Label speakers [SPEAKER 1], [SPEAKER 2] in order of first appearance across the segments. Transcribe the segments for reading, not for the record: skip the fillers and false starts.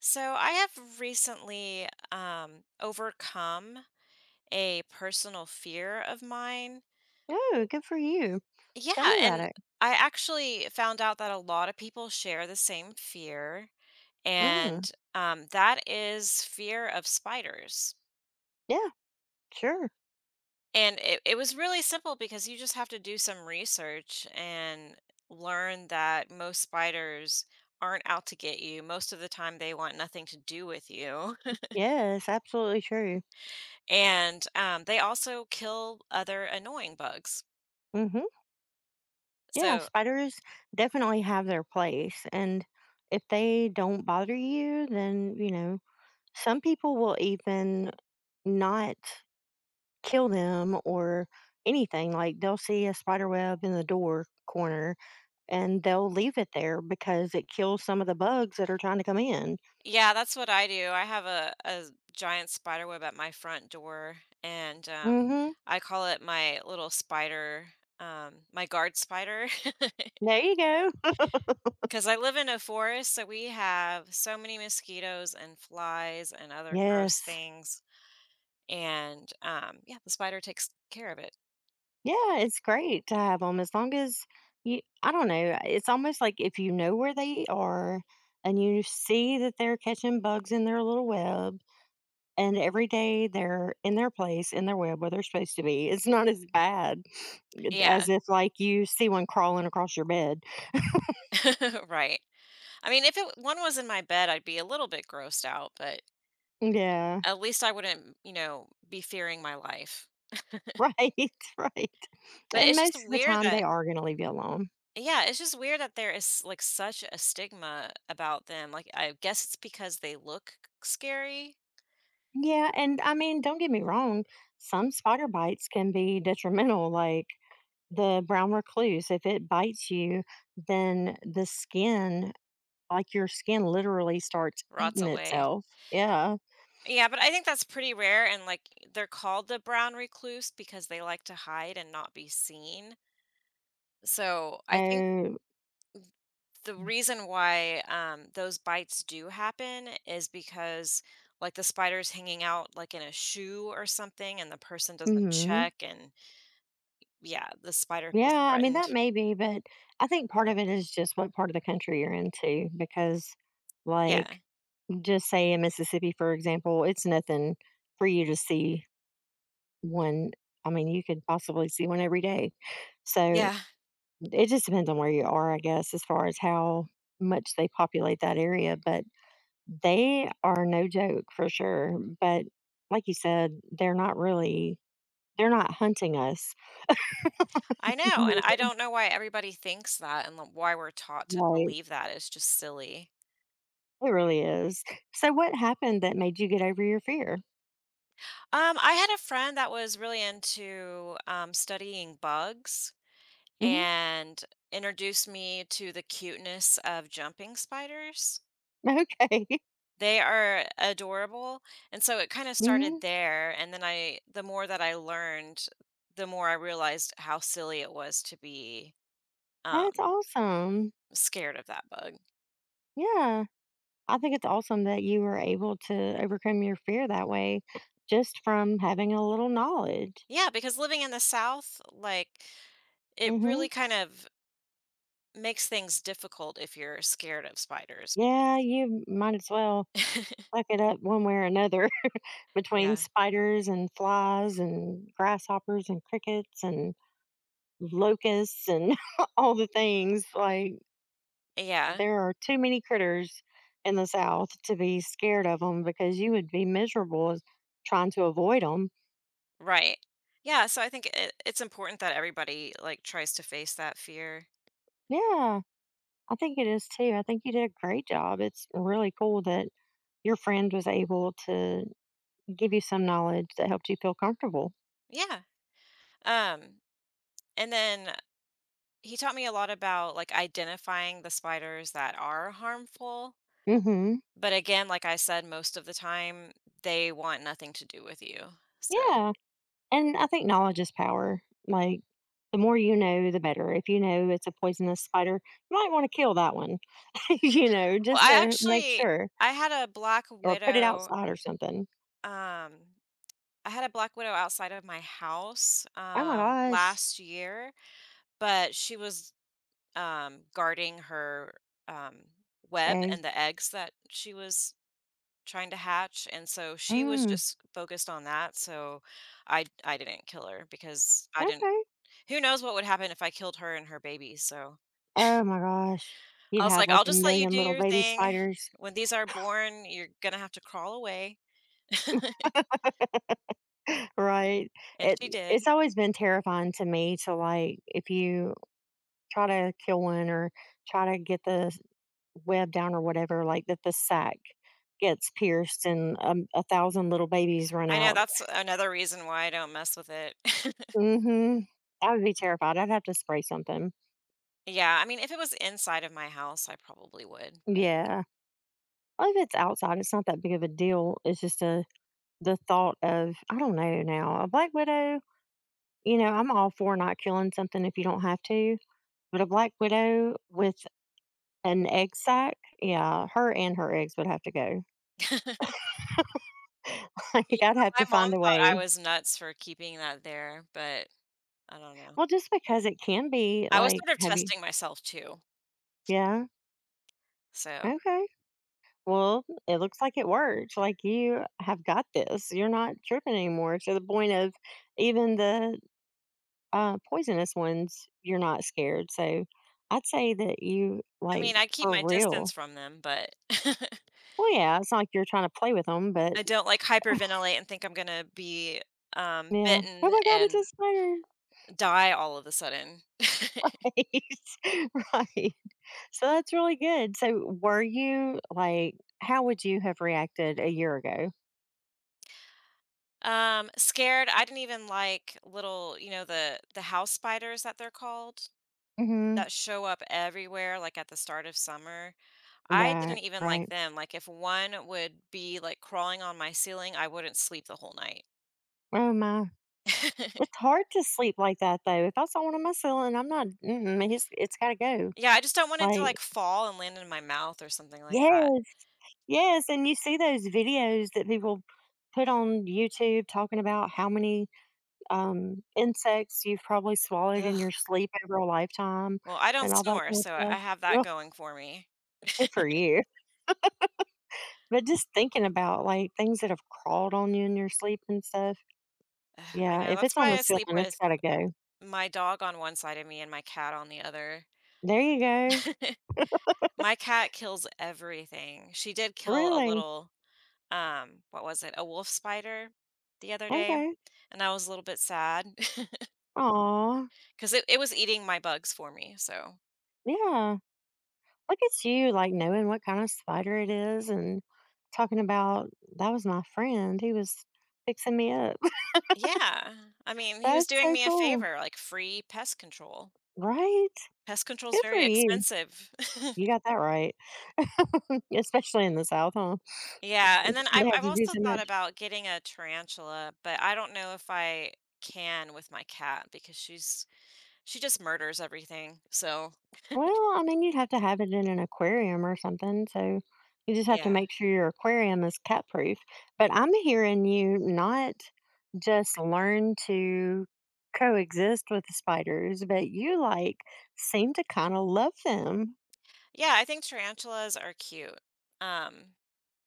[SPEAKER 1] So I have recently overcome a personal fear of mine.
[SPEAKER 2] Oh, good for you. Tell
[SPEAKER 1] Yeah,
[SPEAKER 2] me about
[SPEAKER 1] and
[SPEAKER 2] it.
[SPEAKER 1] I actually found out that a lot of people share the same fear,
[SPEAKER 2] Mm,
[SPEAKER 1] and that is fear of spiders.
[SPEAKER 2] yeah, sure.
[SPEAKER 1] And it was really simple because you just have to do some research and learn that most spiders aren't out to get you. Most of the time, they want nothing to do with you.
[SPEAKER 2] Yeah, it's absolutely true.
[SPEAKER 1] And, they also kill other annoying bugs.
[SPEAKER 2] Hmm. Yeah,
[SPEAKER 1] So
[SPEAKER 2] spiders definitely have their place. And if they don't bother you, then, some people will even not kill them or anything. Like they'll see a spider web in the door corner and they'll leave it there because it kills some of the bugs that are trying to come in.
[SPEAKER 1] yeah, that's what I do. I have a giant spider web at my front door, and,
[SPEAKER 2] Hmm.
[SPEAKER 1] I call it my little spider, my guard spider,
[SPEAKER 2] There you go.
[SPEAKER 1] because I live in a forest, so we have so many mosquitoes and flies and other gross
[SPEAKER 2] Yes.
[SPEAKER 1] things, and, yeah, the spider takes care of it.
[SPEAKER 2] Yeah, it's great to have them as long as you I don't know, it's almost like if you know where they are and you see that they're catching bugs in their little web, and every day they're in their place, in their web where they're supposed to be, it's not as bad
[SPEAKER 1] Yeah,
[SPEAKER 2] as if, like, you see one crawling across your bed.
[SPEAKER 1] right. I mean, if it one was in my bed, I'd be a little bit grossed out, but
[SPEAKER 2] Yeah.
[SPEAKER 1] at least I wouldn't, be fearing my life.
[SPEAKER 2] Right, right.
[SPEAKER 1] But
[SPEAKER 2] And
[SPEAKER 1] it's just
[SPEAKER 2] most of the
[SPEAKER 1] weird
[SPEAKER 2] time, they
[SPEAKER 1] that
[SPEAKER 2] are gonna leave you alone.
[SPEAKER 1] yeah, it's just weird that there is, like, such a stigma about them, like, I guess it's because they look scary.
[SPEAKER 2] Yeah, and, I mean, don't get me wrong, some spider bites can be detrimental, like, the brown recluse, if it bites you, then the skin, like, your skin literally starts
[SPEAKER 1] Rots
[SPEAKER 2] eating
[SPEAKER 1] away.
[SPEAKER 2] itself. Yeah.
[SPEAKER 1] Yeah, but I think that's pretty rare, and, like, they're called the brown recluse because they like to hide and not be seen. So, I think
[SPEAKER 2] Oh,
[SPEAKER 1] the reason why, those bites do happen is because, like, the spider's hanging out, like, in a shoe or something, and the person doesn't
[SPEAKER 2] mhm.
[SPEAKER 1] check and yeah, the spider feels
[SPEAKER 2] Yeah, I mean, that
[SPEAKER 1] threatened.
[SPEAKER 2] may be, but I think part of it is just what part of the country you're into, because, like,
[SPEAKER 1] Yeah.
[SPEAKER 2] just say in Mississippi, for example, it's nothing for you to see one. I mean, you could possibly see one every day. So,
[SPEAKER 1] Yeah.
[SPEAKER 2] it just depends on where you are, I guess, as far as how much they populate that area, but they are no joke for sure, but like you said, they're not really they're not hunting us.
[SPEAKER 1] I know, and
[SPEAKER 2] Mhm.
[SPEAKER 1] I don't know why everybody thinks that and, like, why we're taught to
[SPEAKER 2] Right.
[SPEAKER 1] believe that. It's just silly.
[SPEAKER 2] It really is. So what happened that made you get over your fear?
[SPEAKER 1] I had a friend that was really into, studying bugs
[SPEAKER 2] Mhm.
[SPEAKER 1] and introduced me to the cuteness of jumping spiders.
[SPEAKER 2] Okay.
[SPEAKER 1] They are adorable, and so it kinda started
[SPEAKER 2] Mhm.
[SPEAKER 1] there, and then I the more that I learned, the more I realized how silly it was to be,
[SPEAKER 2] That's
[SPEAKER 1] um,
[SPEAKER 2] awesome.
[SPEAKER 1] scared of that bug.
[SPEAKER 2] Yeah. I think it's awesome that you were able to overcome your fear that way just from having a little knowledge.
[SPEAKER 1] Yeah, because living in the South, like, it
[SPEAKER 2] Mhm.
[SPEAKER 1] really kind of makes things difficult if you're scared of spiders
[SPEAKER 2] Yeah,
[SPEAKER 1] because
[SPEAKER 2] you might as well suck it up one way or another between
[SPEAKER 1] yeah.
[SPEAKER 2] spiders and flies and grasshoppers and crickets and locusts and all the things. Like,
[SPEAKER 1] Yeah,
[SPEAKER 2] there are too many critters in the South to be scared of them because you would be miserable as trying to avoid them.
[SPEAKER 1] right. Yeah, so I think it's important that everybody, like, tries to face that fear.
[SPEAKER 2] Yeah, I think it is too. I think you did a great job. It's really cool that your friend was able to give you some knowledge that helped you feel comfortable.
[SPEAKER 1] Yeah. Um, and then he taught me a lot about, like, identifying the spiders that are harmful,
[SPEAKER 2] Hmm.
[SPEAKER 1] but again, like I said, most of the time, they want nothing to do with you, so
[SPEAKER 2] Yeah. And I think knowledge is power. Like, the more you know, the better. If you know it's a poisonous spider, you might want to kill that one,
[SPEAKER 1] well,
[SPEAKER 2] just
[SPEAKER 1] I
[SPEAKER 2] to make
[SPEAKER 1] actually
[SPEAKER 2] sure
[SPEAKER 1] I had a black
[SPEAKER 2] or put it
[SPEAKER 1] widow
[SPEAKER 2] outside or something.
[SPEAKER 1] Um, I had a black widow outside of my house,
[SPEAKER 2] Oh my gosh.
[SPEAKER 1] last year, but she was, guarding her, um, web
[SPEAKER 2] Eggs.
[SPEAKER 1] and the eggs that she was trying to hatch, and so she was
[SPEAKER 2] Mm,
[SPEAKER 1] just focused on that, so I didn't kill her because I didn't
[SPEAKER 2] okay.
[SPEAKER 1] who knows what would happen if I killed her and her baby, so
[SPEAKER 2] Oh my gosh.
[SPEAKER 1] I
[SPEAKER 2] You'd
[SPEAKER 1] was
[SPEAKER 2] have
[SPEAKER 1] like,
[SPEAKER 2] like
[SPEAKER 1] "I'll
[SPEAKER 2] a
[SPEAKER 1] just let you
[SPEAKER 2] million
[SPEAKER 1] do
[SPEAKER 2] little
[SPEAKER 1] your
[SPEAKER 2] baby
[SPEAKER 1] thing.
[SPEAKER 2] spiders,
[SPEAKER 1] When these are born, you're gonna have to crawl away."
[SPEAKER 2] right?
[SPEAKER 1] And
[SPEAKER 2] It
[SPEAKER 1] she
[SPEAKER 2] it's
[SPEAKER 1] did.
[SPEAKER 2] always been terrifying to me to like if you try to kill one or try to get the web down or whatever, like that the sack gets pierced and a thousand little babies run
[SPEAKER 1] I know
[SPEAKER 2] out.
[SPEAKER 1] that's another reason why I don't mess with it.
[SPEAKER 2] Mhm. I would be terrified. I'd have to spray something.
[SPEAKER 1] Yeah, I mean, if it was inside of my house, I probably would.
[SPEAKER 2] Yeah. Well, if it's outside, it's not that big of a deal. It's just a the thought of I don't know, now a black widow. You know, I'm all for not killing something if you don't have to, but a black widow with an egg sack, yeah, her and her eggs would have to go.
[SPEAKER 1] Yeah,
[SPEAKER 2] Like I'd have
[SPEAKER 1] my
[SPEAKER 2] to
[SPEAKER 1] mom
[SPEAKER 2] find a
[SPEAKER 1] thought I
[SPEAKER 2] way.
[SPEAKER 1] was nuts for keeping that there, but I don't know.
[SPEAKER 2] Well, just because it can be
[SPEAKER 1] I was
[SPEAKER 2] like,
[SPEAKER 1] sort of
[SPEAKER 2] have you?
[SPEAKER 1] testing myself too.
[SPEAKER 2] Yeah.
[SPEAKER 1] So,
[SPEAKER 2] Okay. Well, it looks like it worked. Like you have got this. You're not tripping anymore to the point of even the poisonous ones, you're not scared. So I'd say that you,
[SPEAKER 1] I
[SPEAKER 2] like,
[SPEAKER 1] mean, I keep
[SPEAKER 2] for
[SPEAKER 1] my distance
[SPEAKER 2] real.
[SPEAKER 1] from them, but
[SPEAKER 2] Well, yeah, it's not like you're trying to play with them, but
[SPEAKER 1] I don't like hyperventilate and think I'm gonna be,
[SPEAKER 2] yeah.
[SPEAKER 1] bitten
[SPEAKER 2] Oh my God, it's
[SPEAKER 1] and
[SPEAKER 2] a spider.
[SPEAKER 1] die all of a sudden.
[SPEAKER 2] Right. So that's really good. So were you like, how would you have reacted a year ago?
[SPEAKER 1] Scared, I didn't even like little, the house spiders that they're called,
[SPEAKER 2] Mm-hmm.
[SPEAKER 1] that show up everywhere, like, at the start of summer. I didn't
[SPEAKER 2] Right.
[SPEAKER 1] even like
[SPEAKER 2] Right.
[SPEAKER 1] them, like, if one would be, like, crawling on my ceiling, I wouldn't sleep the whole night.
[SPEAKER 2] Oh my. It's hard to sleep like that, though. If I saw one on my ceiling, I'm not mm-mm, he's it's gotta go.
[SPEAKER 1] Yeah, I just don't want it to, like,
[SPEAKER 2] Like,
[SPEAKER 1] fall and land in my mouth or something like that.
[SPEAKER 2] yes, yes, and you see those videos that people put on YouTube talking about how many, insects you've probably swallowed in
[SPEAKER 1] Ugh.
[SPEAKER 2] your sleep over a lifetime
[SPEAKER 1] Well, I don't
[SPEAKER 2] and all that
[SPEAKER 1] snore,
[SPEAKER 2] kind
[SPEAKER 1] so
[SPEAKER 2] of
[SPEAKER 1] I
[SPEAKER 2] stuff.
[SPEAKER 1] have that
[SPEAKER 2] Ugh,
[SPEAKER 1] going for me.
[SPEAKER 2] good for you. But just thinking about, like, things that have crawled on you in your sleep and stuff,
[SPEAKER 1] Ugh, I
[SPEAKER 2] yeah,
[SPEAKER 1] know,
[SPEAKER 2] if
[SPEAKER 1] that's
[SPEAKER 2] it's on
[SPEAKER 1] why
[SPEAKER 2] the
[SPEAKER 1] I sleep
[SPEAKER 2] ceiling, it's
[SPEAKER 1] with
[SPEAKER 2] gotta go.
[SPEAKER 1] my dog on one side of me and my cat on the other.
[SPEAKER 2] There you go.
[SPEAKER 1] My cat kills everything. She did kill a
[SPEAKER 2] Really?
[SPEAKER 1] little what was it? A wolf spider the other day,
[SPEAKER 2] Okay.
[SPEAKER 1] and I was a little bit sad because
[SPEAKER 2] Aw,
[SPEAKER 1] it was eating my bugs for me, so
[SPEAKER 2] yeah. Look at you, like, knowing what kind of spider it is and talking about, "That was my friend, he was fixing me up."
[SPEAKER 1] yeah. I mean, he was
[SPEAKER 2] That's
[SPEAKER 1] doing
[SPEAKER 2] so
[SPEAKER 1] me a
[SPEAKER 2] cool,
[SPEAKER 1] favor, like free pest control.
[SPEAKER 2] right?
[SPEAKER 1] Pest control is
[SPEAKER 2] Good for
[SPEAKER 1] very
[SPEAKER 2] you.
[SPEAKER 1] expensive.
[SPEAKER 2] You got that right, especially in the South, huh?
[SPEAKER 1] Yeah, and then I've
[SPEAKER 2] They have
[SPEAKER 1] I've
[SPEAKER 2] to do
[SPEAKER 1] also
[SPEAKER 2] so
[SPEAKER 1] thought
[SPEAKER 2] much.
[SPEAKER 1] about getting a tarantula, but I don't know if I can with my cat because she just murders everything, so,
[SPEAKER 2] Well, I mean, you'd have to have it in an aquarium or something, so you just have to
[SPEAKER 1] yeah.
[SPEAKER 2] make sure your aquarium is cat proof. But I'm hearing you not just learn to coexist with the spiders, but you like seem to kind of love them.
[SPEAKER 1] Yeah, I think tarantulas are cute. Um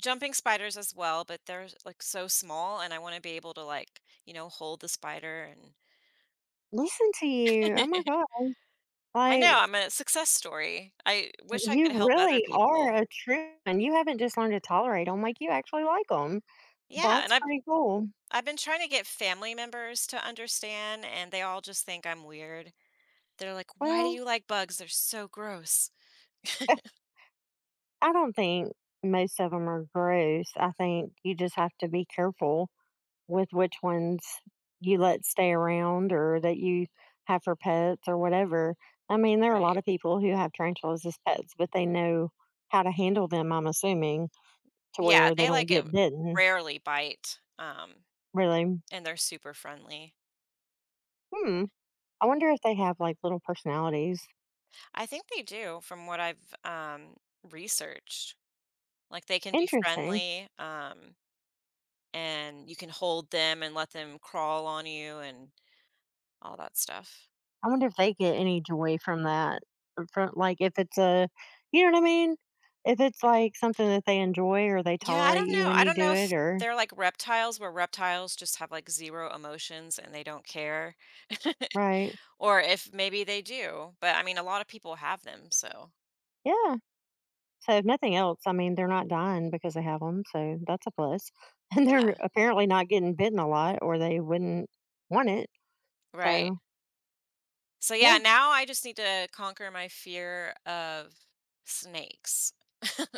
[SPEAKER 1] Jumping spiders as well, but they're like so small and I want to be able to like, hold the spider and
[SPEAKER 2] Listen to you. Oh my God.
[SPEAKER 1] I
[SPEAKER 2] Like,
[SPEAKER 1] know I'm a success story. I wish I
[SPEAKER 2] you
[SPEAKER 1] could help other
[SPEAKER 2] really are
[SPEAKER 1] people.
[SPEAKER 2] a true and you haven't just learned to tolerate them, like, you actually like them.
[SPEAKER 1] Yeah, and
[SPEAKER 2] That's
[SPEAKER 1] I've
[SPEAKER 2] pretty cool.
[SPEAKER 1] I've been trying to get family members to understand and they all just think I'm weird. They're like, "Why do
[SPEAKER 2] Well,
[SPEAKER 1] you like bugs? They're so gross."
[SPEAKER 2] I don't think most of them are gross. I think you just have to be careful with which ones you let stay around or that you have for pets or whatever. I mean, there are a lot
[SPEAKER 1] Right.
[SPEAKER 2] of people who have tarantulas as pets, but they know how to handle them, I'm assuming, to
[SPEAKER 1] Yeah,
[SPEAKER 2] where they
[SPEAKER 1] they
[SPEAKER 2] don't
[SPEAKER 1] like it
[SPEAKER 2] get bitten,
[SPEAKER 1] rarely bite.
[SPEAKER 2] really.
[SPEAKER 1] And they're super friendly.
[SPEAKER 2] Hmm, I wonder if they have, like, little personalities.
[SPEAKER 1] I think they do from what I've researched. Like, they can be
[SPEAKER 2] Interesting.
[SPEAKER 1] friendly, and you can hold them and let them crawl on you and all that stuff.
[SPEAKER 2] I wonder if they get any joy from that, or from like, if it's a you know what I mean? If it's, like, something that they enjoy or they
[SPEAKER 1] Yeah, I
[SPEAKER 2] tolerate
[SPEAKER 1] don't
[SPEAKER 2] you
[SPEAKER 1] know.
[SPEAKER 2] when
[SPEAKER 1] I
[SPEAKER 2] you
[SPEAKER 1] don't
[SPEAKER 2] do
[SPEAKER 1] know if
[SPEAKER 2] it or
[SPEAKER 1] they're like reptiles, where reptiles just have, like, 0 emotions and they don't care,
[SPEAKER 2] right.
[SPEAKER 1] or if maybe they do, but, I mean, a lot of people have them, so
[SPEAKER 2] Yeah. So, if nothing else, I mean, they're not dying because they have them, so that's a plus, plus. And they're
[SPEAKER 1] yeah,
[SPEAKER 2] apparently not getting bitten a lot or they wouldn't want it,
[SPEAKER 1] right.
[SPEAKER 2] so,
[SPEAKER 1] So, yeah,
[SPEAKER 2] yeah.
[SPEAKER 1] now I just need to conquer my fear of snakes.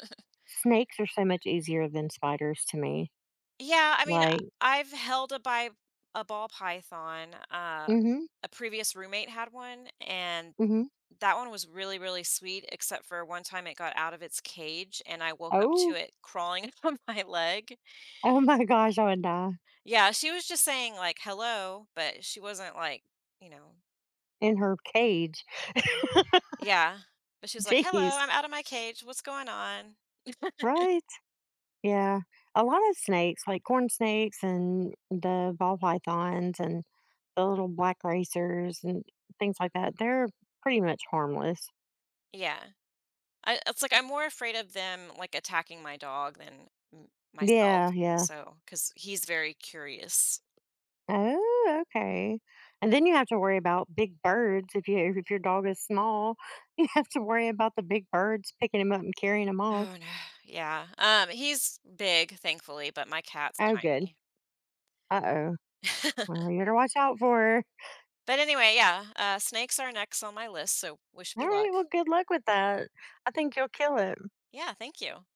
[SPEAKER 2] Snakes are so much easier than spiders to me,
[SPEAKER 1] Yeah, I mean,
[SPEAKER 2] like,
[SPEAKER 1] I- I've held a bi a ball python,
[SPEAKER 2] mhm,
[SPEAKER 1] a previous roommate had one and
[SPEAKER 2] mhm.
[SPEAKER 1] that one was really, really sweet, except for one time it got out of its cage and I woke up
[SPEAKER 2] Oh,
[SPEAKER 1] to it crawling on my leg.
[SPEAKER 2] oh my gosh, I would die
[SPEAKER 1] Yeah, she was just saying like hello, but she wasn't like, you know,
[SPEAKER 2] in her cage.
[SPEAKER 1] yeah. But she was like, hello,
[SPEAKER 2] Jeez,
[SPEAKER 1] I'm out of my cage. What's going on?
[SPEAKER 2] right? Yeah. A lot of snakes, like corn snakes and the ball pythons and the little black racers and things like that, they're pretty much harmless.
[SPEAKER 1] Yeah. It's like I'm more afraid of them like attacking my dog than m- myself.
[SPEAKER 2] Yeah, yeah.
[SPEAKER 1] So, because he's very curious.
[SPEAKER 2] Oh, okay. And then you have to worry about big birds if you if your dog is small, you have to worry about the big birds picking him up and carrying him off.
[SPEAKER 1] Oh no. Yeah. He's big, thankfully, but my cat's
[SPEAKER 2] Oh, good.
[SPEAKER 1] tiny.
[SPEAKER 2] Uh-oh. Well, you better watch out for her.
[SPEAKER 1] But anyway, yeah, snakes are next on my list, so wish
[SPEAKER 2] All
[SPEAKER 1] me
[SPEAKER 2] right,
[SPEAKER 1] luck.
[SPEAKER 2] well, good luck with that. I think you'll kill it.
[SPEAKER 1] Yeah, thank you.